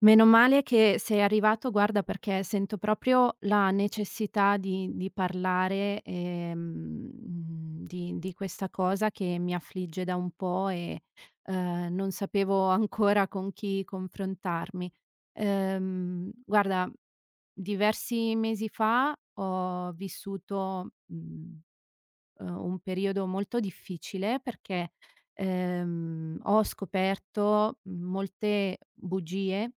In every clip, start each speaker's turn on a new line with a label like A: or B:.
A: Meno male che sei arrivato, guarda, perché sento proprio la necessità di parlare, di questa cosa che mi affligge da un po' e, non sapevo ancora con chi confrontarmi. Guarda, diversi mesi fa ho vissuto, mhmm un periodo molto difficile perché, ho scoperto molte bugie,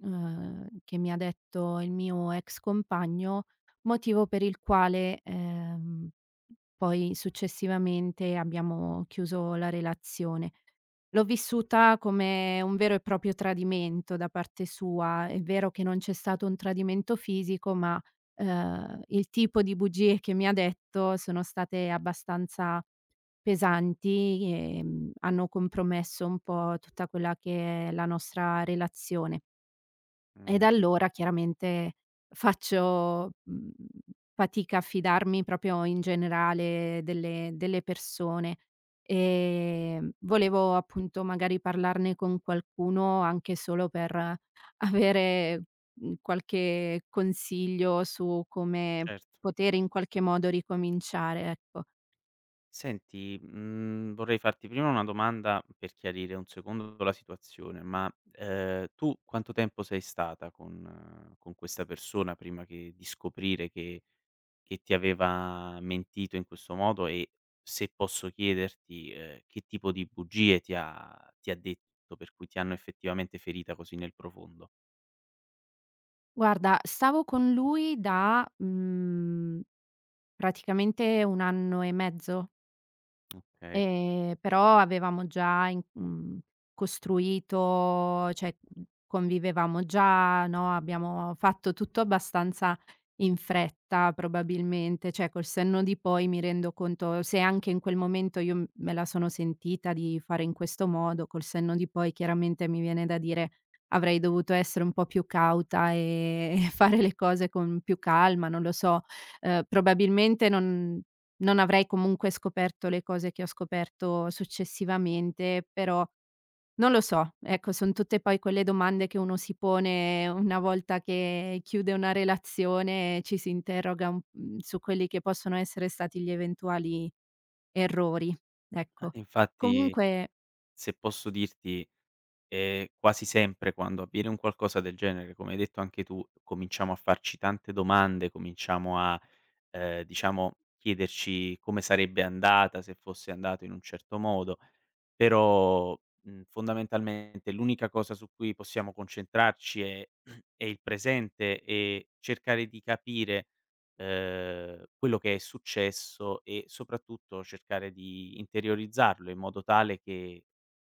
A: che mi ha detto il mio ex compagno, motivo per il quale, poi successivamente abbiamo chiuso la relazione. L'ho vissuta come un vero e proprio tradimento da parte sua. È vero che non c'è stato un tradimento fisico, ma il tipo di bugie che mi ha detto sono state abbastanza pesanti e, hanno compromesso un po' tutta quella che è la nostra relazione. E
B: Mh,
A: da allora chiaramente faccio, fatica a fidarmi proprio in generale delle persone. Volevo appunto magari parlarne con qualcuno anche solo per avere, qualche consiglio su come
B: certo.
A: poter in qualche modo ricominciare, ecco.
B: Senti, vorrei farti prima una domanda per chiarire un secondo la situazione, ma, tu quanto tempo sei stata con questa persona prima che di scoprire che ti aveva mentito in questo modo e, se posso chiederti, che tipo di bugie ti ha detto, per cui ti hanno effettivamente ferita così nel profondo?
A: Guarda, stavo con lui da, praticamente 1 anno e mezzo.
B: Okay.
A: Però avevamo già costruito, cioè, convivevamo già, no, abbiamo fatto tutto abbastanza in fretta probabilmente, cioè col senno di poi mi rendo conto se anche in quel momento io m me la sono sentita di fare in questo modo, col senno di poi chiaramente mi viene da dire: avrei dovuto essere un po' più cauta, e fare le cose con più calma, non lo so. Probabilmente non avrei comunque scoperto le cose che ho scoperto successivamente, però non lo so. Ecco, son tutte poi quelle domande che uno si pone una volta che chiude una relazione e ci si interroga un su quelli che possono essere stati gli eventuali errori, ecco.
B: Infatti.
A: Comunque
B: Se posso dirti, quasi sempre quando avviene un qualcosa del genere, come hai detto anche tu, cominciamo a farci tante domande, cominciamo a diciamo chiederci come sarebbe andata se fosse andato in un certo modo, però, fondamentalmente l'unica cosa su cui possiamo concentrarci è è il presente e cercare di capire, quello che è successo e soprattutto cercare di interiorizzarlo in modo tale che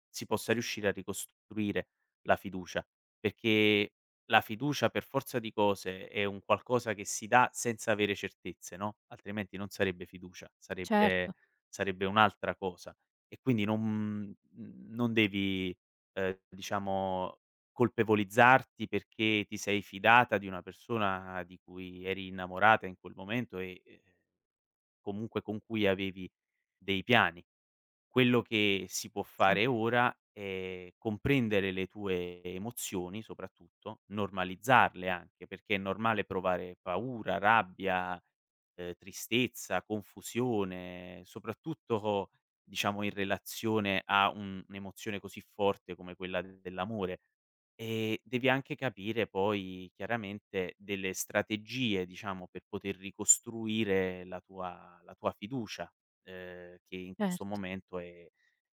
B: si possa riuscire a ricostruire la fiducia, perché la fiducia per forza di cose è un qualcosa che si dà senza avere certezze, no, altrimenti non sarebbe fiducia, sarebbe
A: certo,
B: sarebbe un'altra cosa e quindi non devi, diciamo colpevolizzarti perché ti sei fidata di una persona di cui eri innamorata in quel momento e, comunque con cui avevi dei piani. Quello che si può
A: sì,
B: fare ora è comprendere le tue emozioni soprattutto, normalizzarle anche, perché è normale provare paura, rabbia, tristezza, confusione, soprattutto diciamo in relazione a un'emozione così forte come quella dell'amore. E devi anche capire poi chiaramente delle strategie, diciamo, per poter ricostruire la tua fiducia, che in questo
A: certo.
B: momento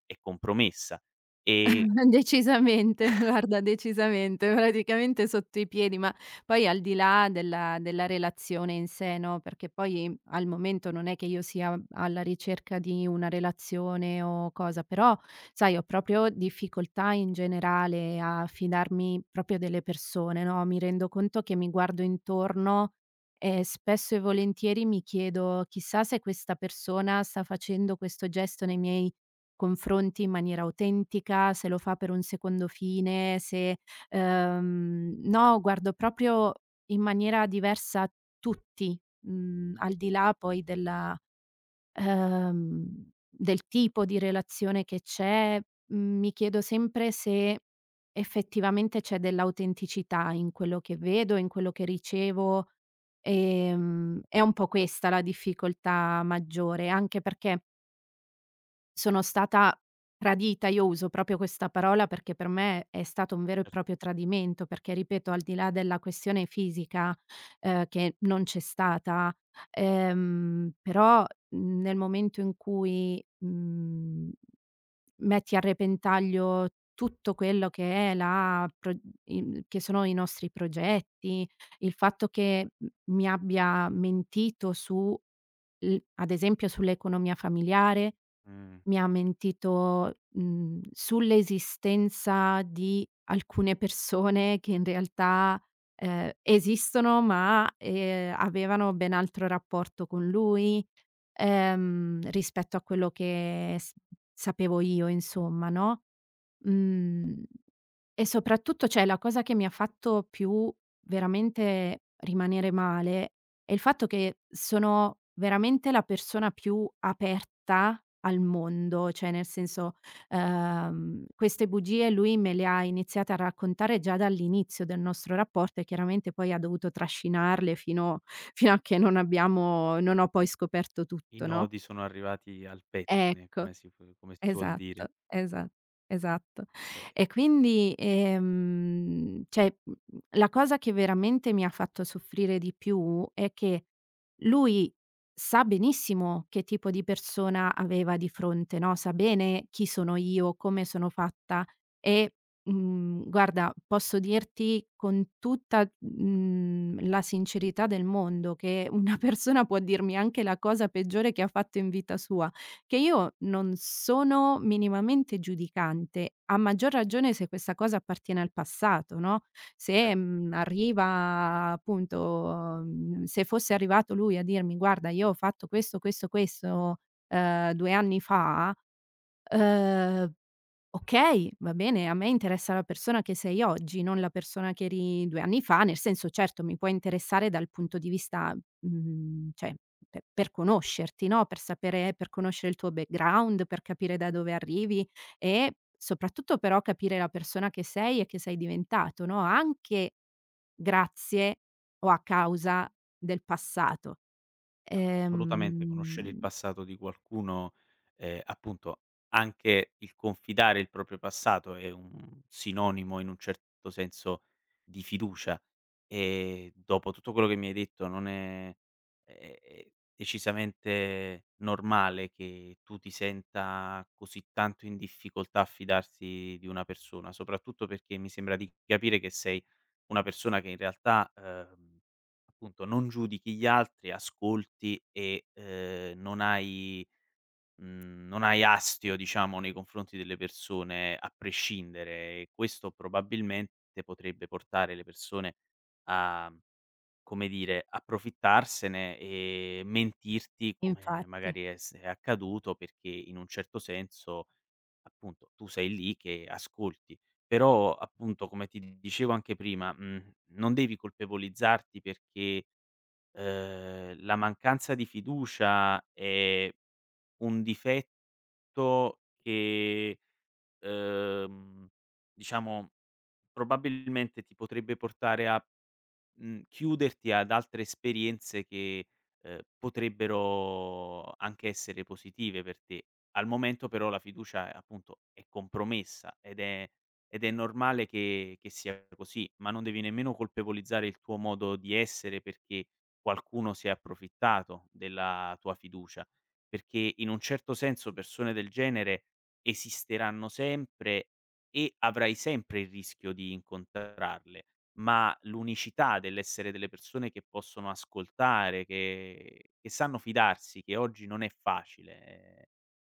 B: è compromessa. E
A: Decisamente, guarda, decisamente, praticamente sotto i piedi, ma poi al di là della relazione in sé, no, perché poi al momento non è che io sia alla ricerca di una relazione o cosa, però sai ho proprio difficoltà in generale a fidarmi proprio delle persone, no, mi rendo conto che mi guardo intorno e spesso e volentieri mi chiedo: "Chissà se questa persona sta facendo questo gesto nei miei confronti in maniera autentica, se lo fa per un secondo fine, se no, guardo proprio in maniera diversa tutti, al di là poi della del tipo di relazione che c'è. Mhmm, mi chiedo sempre se effettivamente c'è dell'autenticità in quello che vedo, in quello che ricevo. È un po' questa la difficoltà maggiore, anche perché sono stata tradita, io uso proprio questa parola perché per me è stato un vero e proprio tradimento, perché ripeto al di là della questione fisica, che non c'è stata, però nel momento in cui, mhmm metti a repentaglio tutto quello che è la pro i che sono i nostri progetti, il fatto che m mi abbia mentito su l ad esempio sull'economia familiare,
B: Mh,
A: mi ha mentito, sull'esistenza di alcune persone che in realtà, esistono, ma, avevano ben altro rapporto con lui. Rispetto a quello che s sapevo io insomma, no. Mhmm, e soprattutto, cioè, la cosa che mi ha fatto più veramente rimanere male è il fatto che sono veramente la persona più aperta al mondo, cioè nel senso, queste bugie lui me le ha iniziate a raccontare già dall'inizio del nostro rapporto e chiaramente poi ha dovuto trascinarle fino a che non abbiamo non ho poi scoperto
B: i
A: tutto, no,
B: nodi sono arrivati al pettine,
A: ecco.
B: come si f come si suol
A: Esatto,
B: dire.
A: esatto.
B: Eh,
A: E quindi, cioè, la cosa che veramente mi ha fatto soffrire di più è che lui sa benissimo che tipo di persona aveva di fronte, no, sa bene chi sono io, come sono fatta e, guarda, posso dirti con tutta, la sincerità del mondo che una persona può dirmi anche la cosa peggiore che ha fatto in vita sua. Che io non sono minimamente giudicante, a maggior ragione se questa cosa appartiene al passato, no, se, arriva appunto se fosse arrivato lui a dirmi: "Guarda, io ho fatto questo, questo, questo, 2 anni fa", ehm okay, va bene, a me interessa la persona che sei oggi, non la persona che eri 2 anni fa, nel senso certo mi può interessare dal punto di vista, cioè pe per conoscerti, no, per sapere per conoscere il tuo background, per capire da dove arrivi e soprattutto però capire la persona che sei e che sei diventato, no, anche grazie o a causa del passato.
B: assolutamente, conoscere il
A: Ehm,
B: passato di qualcuno, appunto anche il confidare il proprio passato è un sinonimo in un certo senso di fiducia. E dopo tutto quello che mi hai detto non è è decisamente normale che tu ti senta così tanto in difficoltà a fidarsi di una persona, soprattutto perché mi sembra di capire che sei una persona che in realtà, appunto, non giudichi gli altri, ascolti e, non hai non hai astio, diciamo, nei confronti delle persone a prescindere e questo probabilmente potrebbe portare le persone a, come dire, approfittarsene e mentirti come
A: infatti.
B: magari è accaduto perché in un certo senso, appunto, tu sei lì che ascolti. Però, appunto, come ti dicevo anche prima, non devi colpevolizzarti perché la mancanza di fiducia è un difetto che, ehm, diciamo probabilmente ti potrebbe portare a chiuderti ad altre esperienze che, potrebbero anche essere positive per te. Al momento però la fiducia, appunto, è compromessa ed è normale che sia così, ma non devi nemmeno colpevolizzare il tuo modo di essere perché qualcuno si è approfittato della tua fiducia, perché in un certo senso persone del genere esisteranno sempre e avrai sempre il rischio di incontrarle. Ma l'unicità dell'essere delle persone che possono ascoltare, che sanno fidarsi, che oggi non è facile,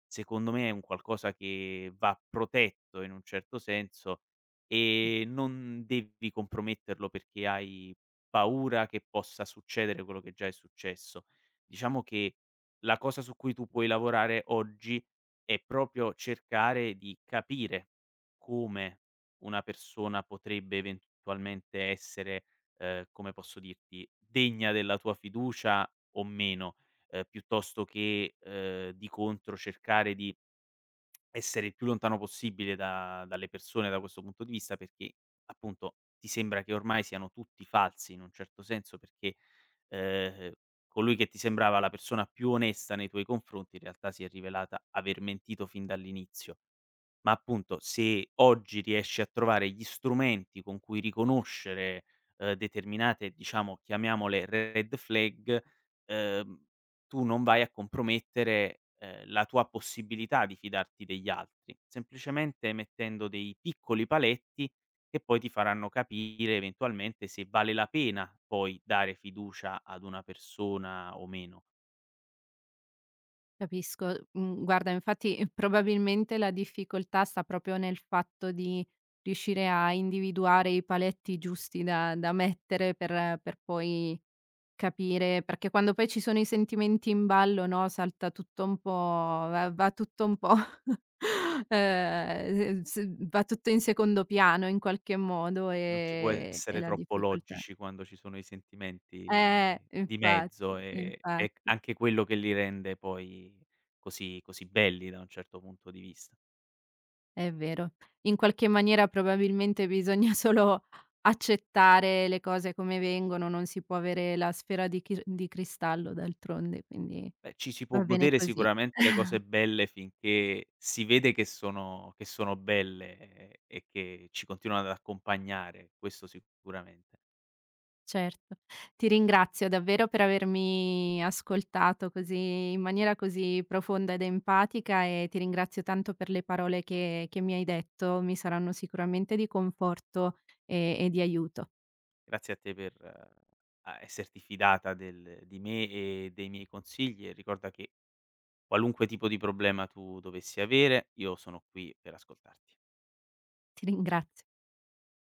B: secondo me è un qualcosa che va protetto in un certo senso e non devi comprometterlo perché hai paura che possa succedere quello che già è successo. Diciamo che la cosa su cui tu puoi lavorare oggi è proprio cercare di capire come una persona potrebbe eventualmente essere, come posso dirti, degna della tua fiducia o meno, piuttosto che, di contro cercare di essere il più lontano possibile da dalle persone da questo punto di vista, perché appunto ti sembra che ormai siano tutti falsi in un certo senso, perché, ehm, colui che ti sembrava la persona più onesta nei tuoi confronti in realtà si è rivelata aver mentito fin dall'inizio, ma appunto se oggi riesci a trovare gli strumenti con cui riconoscere, determinate diciamo, chiamiamole red flag, ehm, tu non vai a compromettere, la tua possibilità di fidarti degli altri, semplicemente mettendo dei piccoli paletti che poi ti faranno capire eventualmente se vale la pena poi dare fiducia ad una persona o meno.
A: Capisco. Mhmm, guarda infatti, probabilmente la difficoltà sta proprio nel fatto di riuscire a individuare i paletti giusti da mettere per poi capire, perché quando poi ci sono i sentimenti in ballo, no, salta tutto un po', va tutto un po' s s va tutto in secondo piano in qualche modo,
B: Non si può
A: e
B: essere
A: la
B: troppo
A: difficoltà
B: logici quando ci sono i sentimenti di
A: infatti,
B: mezzo, è c
A: infatti.
B: anche quello che li rende poi così belli da un certo punto di vista.
A: È vero. In qualche maniera probabilmente bisogna solo accettare le cose come vengono, non si può avere la sfera di chi di cristallo d'altronde, quindi
B: Beh, ci si può
A: va bene
B: godere
A: così,
B: sicuramente le cose belle finché si vede che sono belle e che ci continuano ad accompagnare, questo sicuramente.
A: certo. Ti ringrazio davvero per avermi ascoltato così, in maniera così profonda ed empatica, e ti ringrazio tanto per le parole che mi hai detto, mi saranno sicuramente di conforto e di aiuto.
B: Grazie a te per a esserti fidata del di me e dei miei consigli e ricorda che qualunque tipo di problema tu dovessi avere, io sono qui per ascoltarti.
A: Ti ringrazio.